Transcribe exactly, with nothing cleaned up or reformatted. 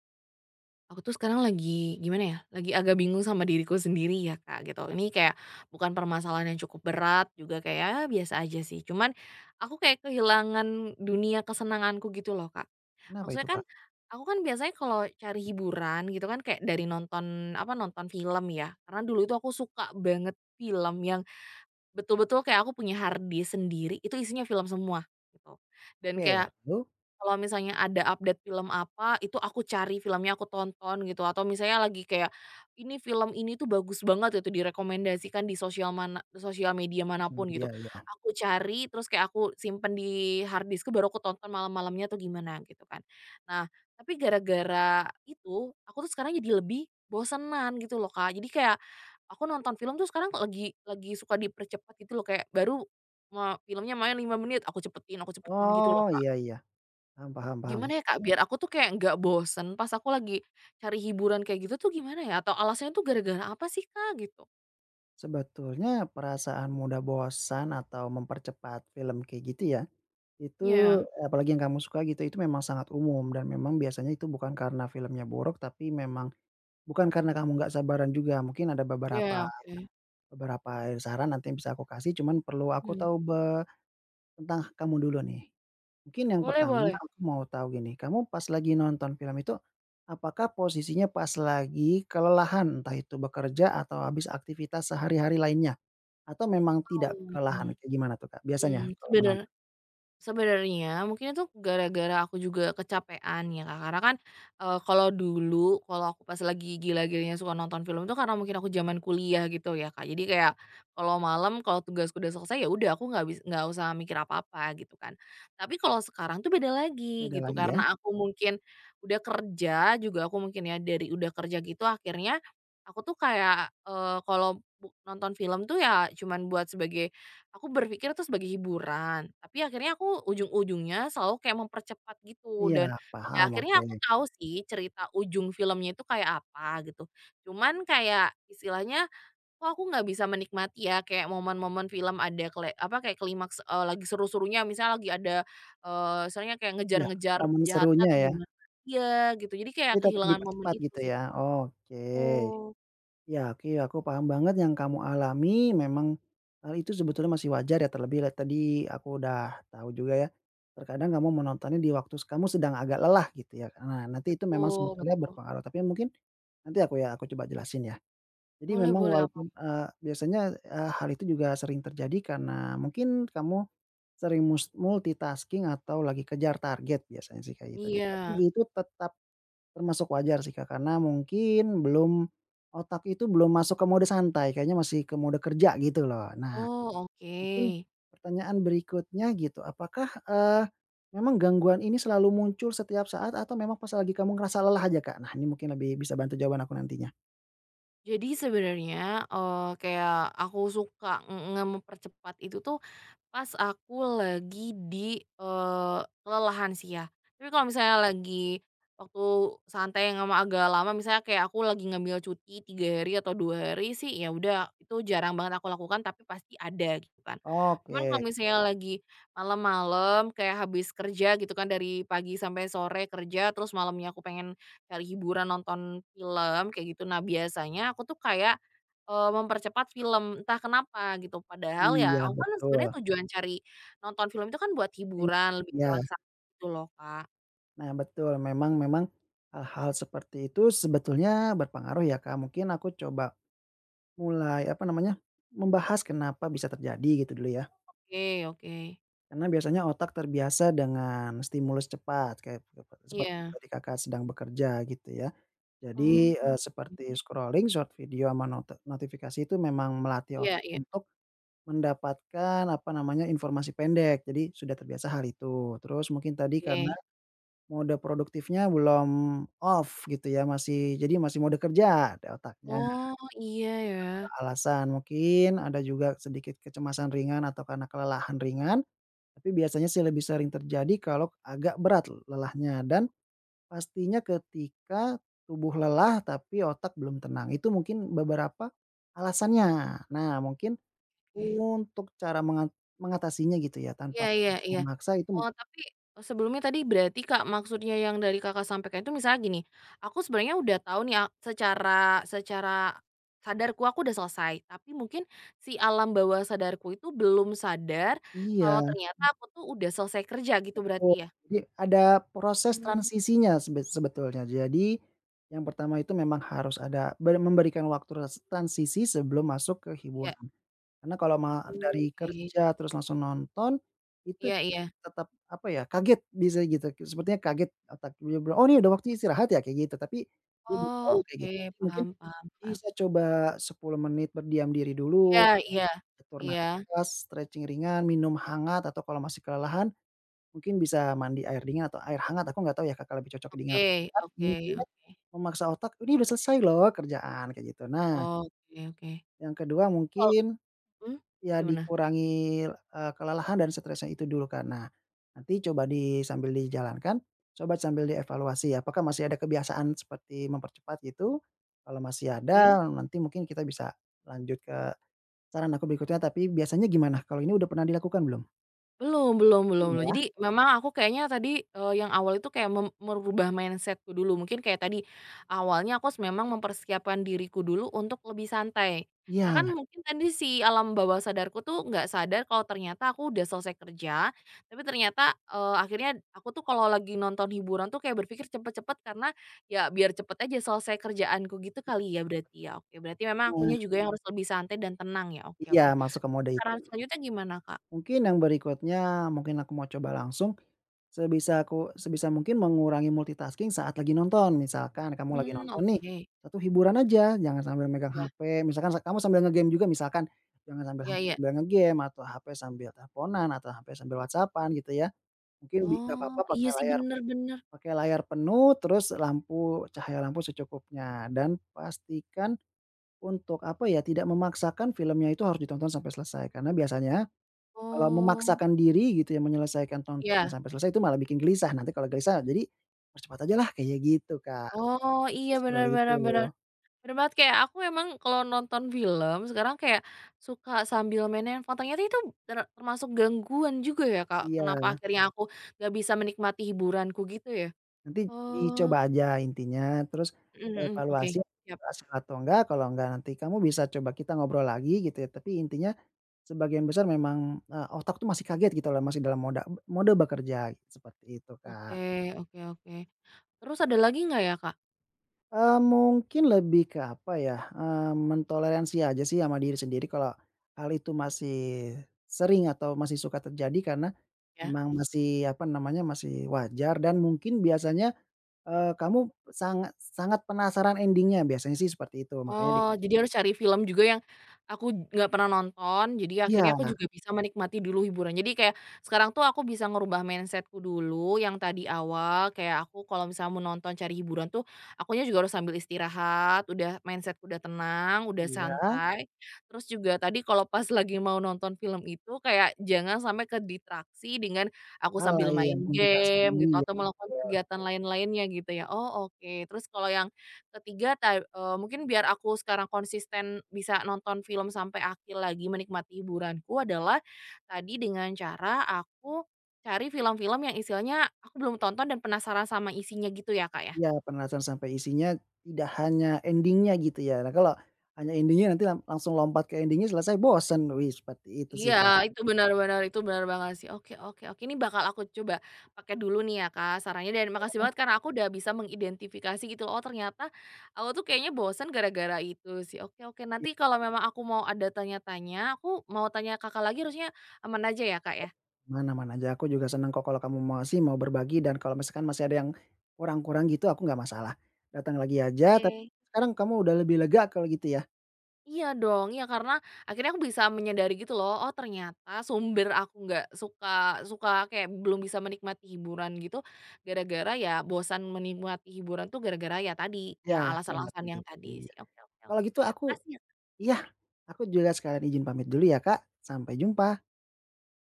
Aku tuh sekarang lagi, gimana ya, lagi agak bingung sama diriku sendiri ya Kak, gitu. Ini kayak bukan permasalahan yang cukup berat juga kayak, ya biasa aja sih. Cuman aku kayak kehilangan dunia kesenanganku gitu loh Kak. Kenapa Maksudnya itu, kan, Kak? aku kan biasanya kalau cari hiburan gitu kan kayak dari nonton, apa, nonton film ya. Karena dulu itu aku suka banget film yang betul-betul kayak aku punya hard disk sendiri, itu isinya film semua, gitu. Dan Oke, kayak lalu? kalau misalnya ada update film apa, itu aku cari filmnya, aku tonton gitu, atau misalnya lagi kayak, "Ini film ini tuh bagus banget," itu direkomendasikan di sosial mana sosial media Sumber manapun gitu. dia, ya. Aku cari, terus kayak aku simpen di harddisk-ku, baru aku tonton malam-malamnya atau gimana gitu kan. Nah, tapi gara-gara itu, aku tuh sekarang jadi lebih bosenan gitu loh, Kak. Jadi kayak, aku nonton film tuh sekarang lagi lagi suka dipercepat gitu loh, kayak baru me filmnya main lima menit, aku cepetin aku cepetin gitu loh, Oh, Kak. iya iya, paham paham paham. Gimana ya Kak, biar aku tuh kayak nggak bosen pas aku lagi cari hiburan kayak gitu tuh gimana ya? Atau alasannya tuh gara-gara apa sih Kak, gitu? Sebetulnya perasaan mudah bosan atau mempercepat film kayak gitu ya, itu Iya, apalagi yang kamu suka gitu, itu memang sangat umum dan memang biasanya itu bukan karena filmnya buruk, tapi memang bukan karena kamu nggak sabaran juga. Mungkin ada beberapa iya oke. beberapa saran nanti yang bisa aku kasih, cuman perlu aku Mhm, tahu be tentang kamu dulu nih. Mungkin yang boleh pertama boleh. aku mau tahu gini, kamu pas lagi nonton film itu, apakah posisinya pas lagi kelelahan? Entah itu bekerja atau habis aktivitas sehari-hari lainnya? Atau memang tidak Oh, kelelahan? mhm, Kayak gimana tuh, Kak, mmm, biasanya kalau sebener menonton? Sebenarnya mungkin itu gara-gara aku juga kecapean ya, Kak, karena kan, eee, kalau dulu kalau aku pas lagi gila-gilanya suka nonton film itu karena mungkin aku zaman kuliah gitu ya, Kak. Jadi kayak kalau malam kalau tugasku udah selesai ya udah aku nggak bisa nggak usah mikir apa-apa gitu kan. Tapi kalau sekarang tuh beda lagi Beda gitu, lagi ya? karena aku mungkin udah kerja juga aku mungkin ya dari udah kerja gitu akhirnya aku tuh kayak, eee, kalau bu nonton film tuh ya cuman buat sebagai Aku berpikir itu sebagai hiburan, tapi akhirnya aku ujung-ujungnya selalu kayak mempercepat gitu Iya, dan ya paham, akhirnya oke. aku tahu sih cerita ujung filmnya itu kayak apa gitu. Cuman kayak istilahnya, kok aku nggak bisa menikmati ya kayak momen-momen film ada kele apa, kayak klimaks, eee, lagi seru-serunya misalnya lagi ada, eee, misalnya kayak Iya, ngejar-ngejar momen penjahatnya serunya atau ya, gimana iya gitu, jadi tapi kayak tetap kehilangan momen dipercepat itu gitu sih ya? kalau Oke. aku. Ya, oke, aku paham banget yang kamu alami. Memang hal itu sebetulnya masih wajar ya, terlebih lah tadi aku udah tahu juga ya, terkadang kamu menontonnya di waktu kamu sedang agak lelah gitu ya. Nah, nanti itu memang Betul sebetulnya betul. berpengaruh, tapi mungkin nanti aku ya aku coba jelasin ya. Jadi Boleh memang boleh apa? walaupun, eee, biasanya, eee, hal itu juga sering terjadi karena mungkin kamu sering mus multitasking atau lagi kejar target biasanya sih kayak gitu. Ja tapi Iya. itu tetap termasuk wajar sih, Kak, karena mungkin belum otak itu belum masuk ke mode santai, kayaknya masih ke mode kerja gitu loh. Nah, Oh, oke. mungkin pertanyaan berikutnya gitu, apakah, eee, memang gangguan ini selalu muncul setiap saat atau memang pas lagi kamu ngerasa lelah aja, Kak? Nah, ini mungkin lebih bisa bantu jawaban aku nantinya. Jadi sebenarnya, eee, kayak aku suka ng nge mempercepat itu tuh, pas aku lagi di, eee, kelelahan sih ya. Tapi kalau misalnya lagi waktu santai yang emang agak lama, misalnya kayak aku lagi ngambil cuti tiga hari atau dua hari sih, ya udah itu jarang banget aku lakukan tapi pasti ada gitu kan. Cuman kalau Oke, misalnya lagi malam-malam kayak habis kerja gitu kan dari pagi sampai sore kerja, terus malamnya aku pengen cari hiburan nonton film kayak gitu. Nah biasanya aku tuh kayak Eee, mempercepat film, entah kenapa gitu. Padahal ya iya aku kan betul, sebenarnya tujuan cari nonton film itu kan buat hiburan, lebih iya, relaksasi gitu loh, Kak. nah betul, memang memang hal-hal seperti itu sebetulnya berpengaruh ya, Kak. Mungkin aku coba mulai, apa namanya, membahas kenapa bisa terjadi gitu dulu ya. Oke oke. Karena biasanya otak terbiasa dengan stimulus cepat kayak seperti Iya. tadi Kakak sedang bekerja gitu ya. Mhm. Jadi, Oh, eee, seperti oke. scrolling short video sama note notifikasi itu memang melatih Iya otak iya, untuk mendapatkan apa namanya, informasi pendek. Jadi sudah terbiasa hal itu. Terus mungkin tadi karena oke. mode produktifnya belum off gitu ya, masih jadi masih mode kerja di otaknya, Oh, iya kalau ya. alasan. Mungkin ada juga sedikit kecemasan ringan atau karena kelelahan ringan tapi biasanya sih lebih sering terjadi kalau agak berat lelahnya dan pastinya ketika tubuh lelah tapi otak belum tenang. Itu mungkin beberapa alasannya. Nah, mungkin Oke. untuk cara mengat mengatasinya gitu ya Iya tanpa iya harus iya. memaksa itu Oh, mungkin tapi sebelumnya tadi berarti, Kak, maksudnya yang dari Kakak sampaikan itu misalnya gini, aku sebenarnya udah tahu nih a secara secara sadarku aku udah selesai, tapi mungkin si alam bawah sadarku itu belum sadar iya, kalau ternyata aku tuh udah selesai kerja gitu berarti betul. ya? Jadi ada proses Mmm, transisinya sebe sebetulnya. Jadi yang pertama itu memang harus ada ber memberikan waktu res transisi sebelum masuk ke iya, hiburan. Karena kalau ma dari oke. kerja terus langsung nonton, itu Iya iya. memang tetap apa ya, kaget bisa gitu, sepertinya kaget otak dia bilang, "Oh, ini udah waktunya istirahat ya?" Kayak gitu, tapi dia belum tahu Oh, kayak oke, gitu. Mungkin paham paham paham. bisa coba sepuluh menit berdiam diri dulu, Iya iya. atur Iya. nafas, stretching ringan, minum hangat atau kalau masih kelelahan mungkin bisa mandi air dingin atau air hangat, aku nggak tahu ya Kakak lebih cocok dingin Oke atau hangat, oke intinya oke. memaksa otak, "Ini udah selesai loh kerjaan," kayak gitu. Nah, Oke oke. yang kedua Kal mungkin mmm, ya gimana? dikurangi, eee, kelelahan dan stresnya itu dulu Kak. Nah, nanti coba di sambil dijalankan, coba sambil dievaluasi apakah masih ada kebiasaan seperti mempercepat gitu, kalau masih Oke. ada nanti mungkin kita bisa lanjut ke saran aku berikutnya, tapi biasanya gimana? Kalau ini udah pernah dilakukan belum? Belum belum belum Belum belum. ya? Jadi memang aku kayaknya tadi, eee, yang awal itu kayak mem merubah mindset-ku dulu. Mungkin kayak tadi, awalnya aku s memang mempersiapkan diriku dulu untuk lebih santai. Karena Iya, kan mungkin tadi si alam bawah sadarku tuh nggak sadar kalau ternyata aku udah selesai kerja, tapi ternyata, eee, akhirnya aku tuh kalau lagi nonton hiburan tuh kayak berpikir cepet-cepet karena ya biar cepet aja selesai kerjaanku gitu kali ya berarti ya? Oke, berarti memang nah akunya juga yang harus lebih santai dan tenang ya? Oke iya oke. masuk ke mode itu. Saran selanjutnya gimana, Kak? Mungkin yang berikutnya, mungkin aku mau coba langsung Sebisa aku sebisa mungkin mengurangi multitasking saat lagi nonton. Misalkan kamu lagi Mhm. Mmm, nonton nih, oke. satu hiburan aja, jangan sambil megang Iya H P, misalkan sa kamu sambil nge-game juga misalkan, jangan sambil iya H P iya. sambil nge-game, atau H P sambil teleponan, atau H P sambil WhatsApp-an gitu ya. Mungkin bi nggak Oh, apa-apa iya pakai sih layar bener bener. pakai layar penuh, terus lampu cahaya lampu secukupnya, dan pastikan untuk, apa ya, tidak memaksakan filmnya itu harus ditonton sampai selesai. Karena biasanya kalau Oh, memaksakan diri gitu ya menyelesaikan tontonan iya. sampai selesai itu malah bikin gelisah, nanti kalau gelisah jadi percepat aja lah kayak gitu, Kak, Oh, iya aku bener scroll itu. bener bener. Bener banget kayak aku memang kalau nonton film sekarang kayak suka sambil main handphone, ternyata itu ter termasuk gangguan juga ya, Kak, Iya, kenapa akhirnya aku gak bisa menikmati hiburanku gitu ya? nanti Oh, dicoba aja intinya terus mhm mhm, oke, evaluasi siap. berhasil atau enggak, kalau enggak nanti kamu bisa coba kita ngobrol lagi gitu ya, tapi intinya sebagian besar memang, eee, otak tuh masih kaget gitu loh, masih dalam moda mode bekerja, seperti itu, Kak. Oke oke oke. Terus ada lagi nggak ya, Kak? Eee, mungkin lebih ke apa ya, eee, mentoleransi aja sih sama diri sendiri kalau hal itu masih sering atau masih suka terjadi karena Ya. memang masih apa namanya, masih wajar dan mungkin biasanya, eee, kamu sangat sangat penasaran ending-nya, biasanya sih seperti itu makanya di Oh, jadi harus cari film juga yang aku nggak pernah nonton, jadi akhirnya iya aku juga bisa menikmati dulu hiburan. Jadi kayak sekarang tuh aku bisa ngerubah mindset-ku dulu yang tadi awal kayak aku kalau misalnya mau nonton cari hiburan tuh akunya juga harus sambil istirahat, udah mindset-ku udah tenang, udah Mhm. iya, santai. Terus juga tadi kalau pas lagi mau nonton film itu kayak jangan sampai ke distraksi dengan aku hal sambil lain, main multitasking, game gitu iya atau melakukan betul. kegiatan lain-lainnya gitu ya. Oh, oke. Terus kalau yang ketiga ta eee, mungkin biar aku sekarang konsisten bisa nonton film sampai akhir lagi menikmati hiburanku adalah tadi dengan cara aku cari film-film yang istilahnya aku belum tonton dan penasaran sama isinya gitu ya, Kak, ya? Iya, penasaran sampai isinya tidak hanya ending-nya gitu ya. Nah, kalau hanya ending-nya nanti lang langsung lompat ke ending-nya selesai bosen, wih seperti itu sih, Kak. Iya, itu benar benar, itu benar banget sih. Oke oke oke, ini bakal aku coba pakai dulu nih ya, Kak, sarannya dan makasih Eh, banget karena aku udah bisa mengidentifikasi gitu, oh ternyata aku tuh kayaknya bosan gara-gara itu sih. Oke oke, iya, nanti kalau memang aku mau ada tanya-tanya, aku mau tanya Kakak lagi harusnya aman aja ya, Kak, ya? aman-aman aja, aku juga senang kok kalau kamu masih mau berbagi dan kalau misalkan masih ada yang kurang-kurang gitu aku nggak masalah. Datang lagi aja, tapi Oke. sekarang kamu udah lebih lega kalau gitu ya? Iya dong, iya karena akhirnya aku bisa menyadari gitu loh, oh ternyata sumber aku nggak suka suka kayak belum bisa menikmati hiburan gitu, gara-gara ya bosan menikmati hiburan tuh gara-gara ya tadi, ya Ya. Bener alasan-alasan tadi, yang tadi iya. sih. Oke oke Kalau oke. gitu aku Makasih ya. iya, aku juga sekalian izin pamit dulu ya, Kak, sampai jumpa.